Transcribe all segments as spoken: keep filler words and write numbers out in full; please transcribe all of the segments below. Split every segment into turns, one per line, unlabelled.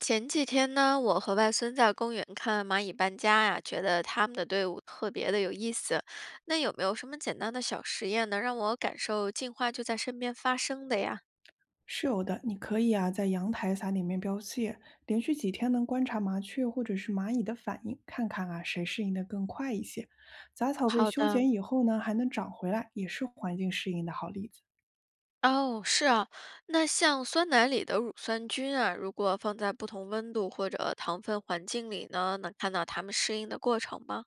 前几天呢，我和外孙在公园看蚂蚁搬家呀，觉得他们的队伍特别的有意思。那有没有什么简单的小实验能让我感受进化就在身边发生的呀？
是有的，你可以啊，在阳台撒点面包屑，连续几天能观察麻雀或者是蚂蚁的反应，看看啊谁适应的更快一些。杂草被
好
修
的，
剪以后呢，还能长回来，也是环境适应的好例子，
哦，是啊，那像酸奶里的乳酸菌啊，如果放在不同温度或者糖分环境里呢，能看到它们适应的过程吗？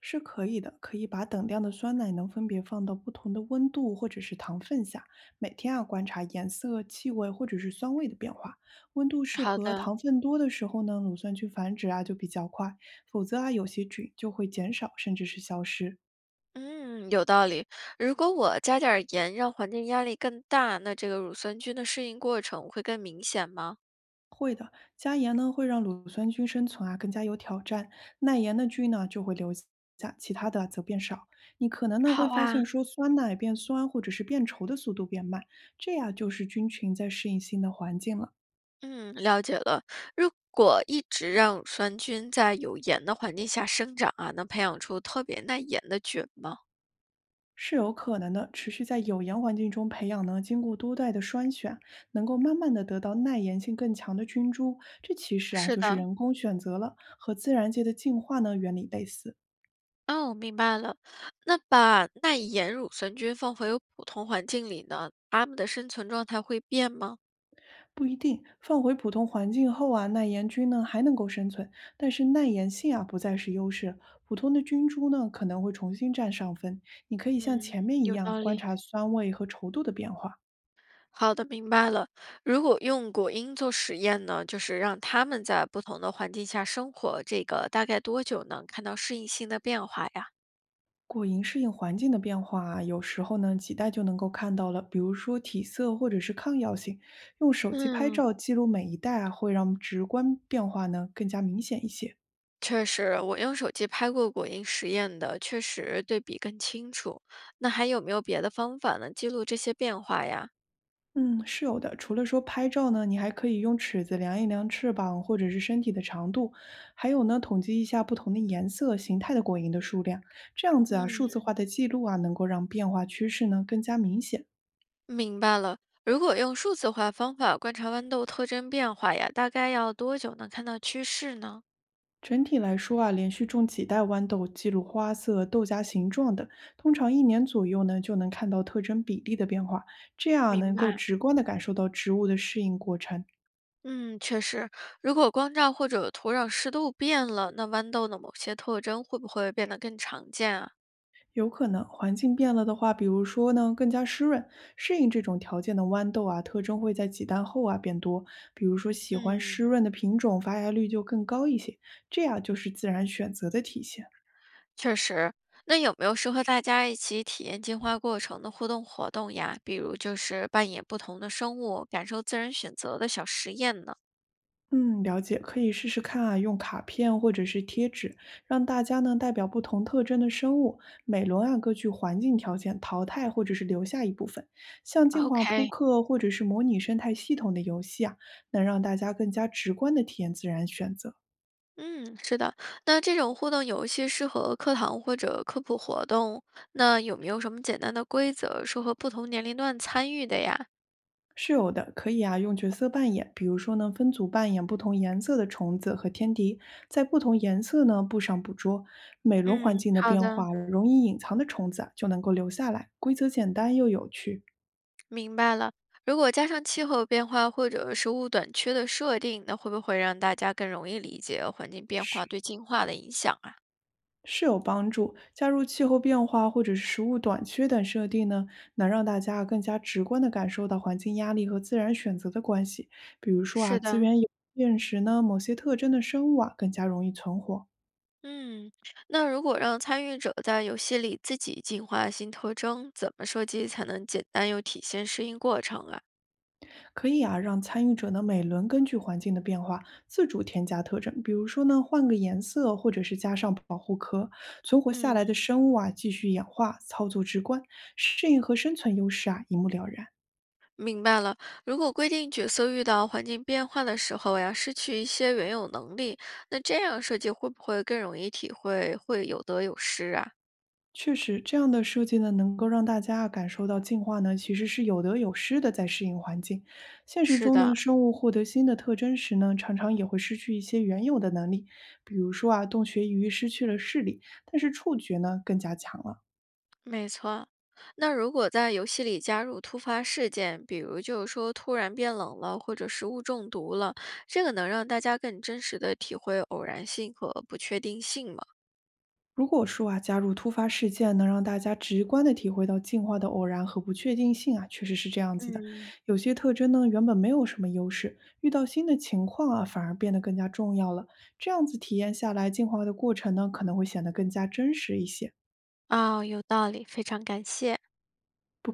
是可以的。可以把等量的酸奶能分别放到不同的温度或者是糖分下，每天啊观察颜色、气味或者是酸味的变化。温度适
好
合、
的，
糖分多的时候呢，乳酸菌繁殖啊就比较快，否则啊有些菌就会减少甚至是消失。
嗯，有道理。如果我加点儿盐，让环境压力更大，那这个乳酸菌的适应过程会更明显吗？
加盐呢会让乳酸菌生存啊更加有挑战，耐盐的菌呢就会留下，其他的啊则变少。你可能呢会
好
发
啊，
现说酸奶变酸或者是变稠的速度变慢，这呀就是菌群在适应新的环境了。
嗯，了解了。如果一直让乳酸菌在有盐的环境下生长啊，能培养出特别耐盐的菌吗？
是有可能的，持续在有盐环境中培养呢，经过多代的筛选，能够慢慢的得到耐盐性更强的菌株。这其实啊，
是
就是
的，
人工选择了，和自然界的进化呢原理类似。
哦，我明白了。那把耐盐乳酸菌放回普通环境里呢，它们的生存状态会变吗？
不一定，放回普通环境后啊，耐盐菌呢还能够生存，但是耐盐性啊不再是优势，普通的菌株呢可能会重新占上分。你可以像
嗯，
前面一
有
样
道
观
理。
察酸味和稠度的变化。
好的，明白了。如果用果蝇做实验呢，就是让它们在不同的环境下生活，这个大概多久能看到适应性的变化呀？
果蝇适应环境的变化啊，有时候呢几代就能够看到了，比如说体色或者是抗药性。用手机拍
嗯。
照记录每一代啊，会让直观变化呢更加明显一些。
确实，我用手机拍过果蝇实验的，确实对比更清楚。那还有没有别的方法能记录这些变化呀？
嗯，是有的。除了说拍照呢，你还可以用尺子量一量翅膀或者是身体的长度，还有呢，统计一下不同的颜色、形态的果蝇的数量。这样子啊，
嗯，
数字化的记录啊，能够让变化趋势呢更加明显。
明白了，如果用数字化方法观察豌豆特征变化呀，大概要多久能看到趋势呢？
整体来说啊，连续种几代豌豆，记录花色、豆荚形状等，通常一年左右呢就能看到特征比例的变化，这样
明
能够
白。
直观地感受到植物的适应过程。
嗯，确实，如果光照或者土壤湿度变了，那豌豆的某些特征会不会变得更常见啊？
有可能环境变了的话，比如说呢，更加湿润，适应这种条件的豌豆啊，特征会在几蛋后啊变多。比如说喜欢湿
嗯。
润的品种，发芽率就更高一些，这样就是自然选择的体现。
确实，那有没有适合大家一起体验进化过程的互动活动呀？比如就是扮演不同的生物，感受自然选择的小实验呢？
嗯，了解，可以试试看啊，用卡片或者是贴纸，让大家呢代表不同特征的生物，每轮啊各据环境条件淘汰或者是留下一部分。像进化扑
？O K，
克或者是模拟生态系统的游戏啊，能让大家更加直观的体验自然选择。
嗯，是的。那这种互动游戏适合课堂或者科普活动，那有没有什么简单的规则适合不同年龄段参与的呀？
是有的，可以啊，用角色扮演，比如说呢，分组扮演不同颜色的虫子和天敌，在不同颜色呢布上捕捉。每轮
嗯，
环境的
好
变
的，
化，容易隐藏的虫子啊就能够留下来。规则简单又有趣，
明白了。如果加上气候变化或者食物短缺的设定，那会不会让大家更容易理解环境变
是
化对进化的影响啊？
是有帮助。加入气候变化或者是食物短缺等设定呢，能让大家更加直观地感受到环境压力和自然选择的关系。比如说啊，
是
资
的。
源有限时呢，某些特征的生物啊更加容易存活。
嗯，那如果让参与者在游戏里自己进化新特征，怎么设计才能简单又体现适应过程啊？
可以啊，让参与者呢每轮根据环境的变化自主添加特征，比如说呢换个颜色，或者是加上保护壳，存活下
嗯，
来的生物啊继续演化，操作直观，适应和生存优势啊一目了然。
明白了，如果规定角色遇到环境变化的时候呀，失去一些原有能力，那这样设计会不会更容易体会会有得有失啊？
确实，这样的设计呢，能够让大家啊感受到进化呢其实是有得有失的，在适应环境。现实
是
中呢，
的，
生物获得新的特征时呢，常常也会失去一些原有的能力，比如说啊，洞穴鱼失去了视力，但是触觉呢更加强了。
没错，那如果在游戏里加入突发事件，比如就是说突然变冷了，或者食物中毒了，这个能让大家更真实的体会偶然性和不确定性吗？
如果说啊，加入突发事件能让大家直观的体会到进化的偶然和不确定性啊，确实是这样子的。
嗯，
有些特征呢，原本没有什么优势，遇到新的情况啊，反而变得更加重要了。这样子体验下来，进化的过程呢，可能会显得更加真实一些。
哦，有道理，非常感谢。
不可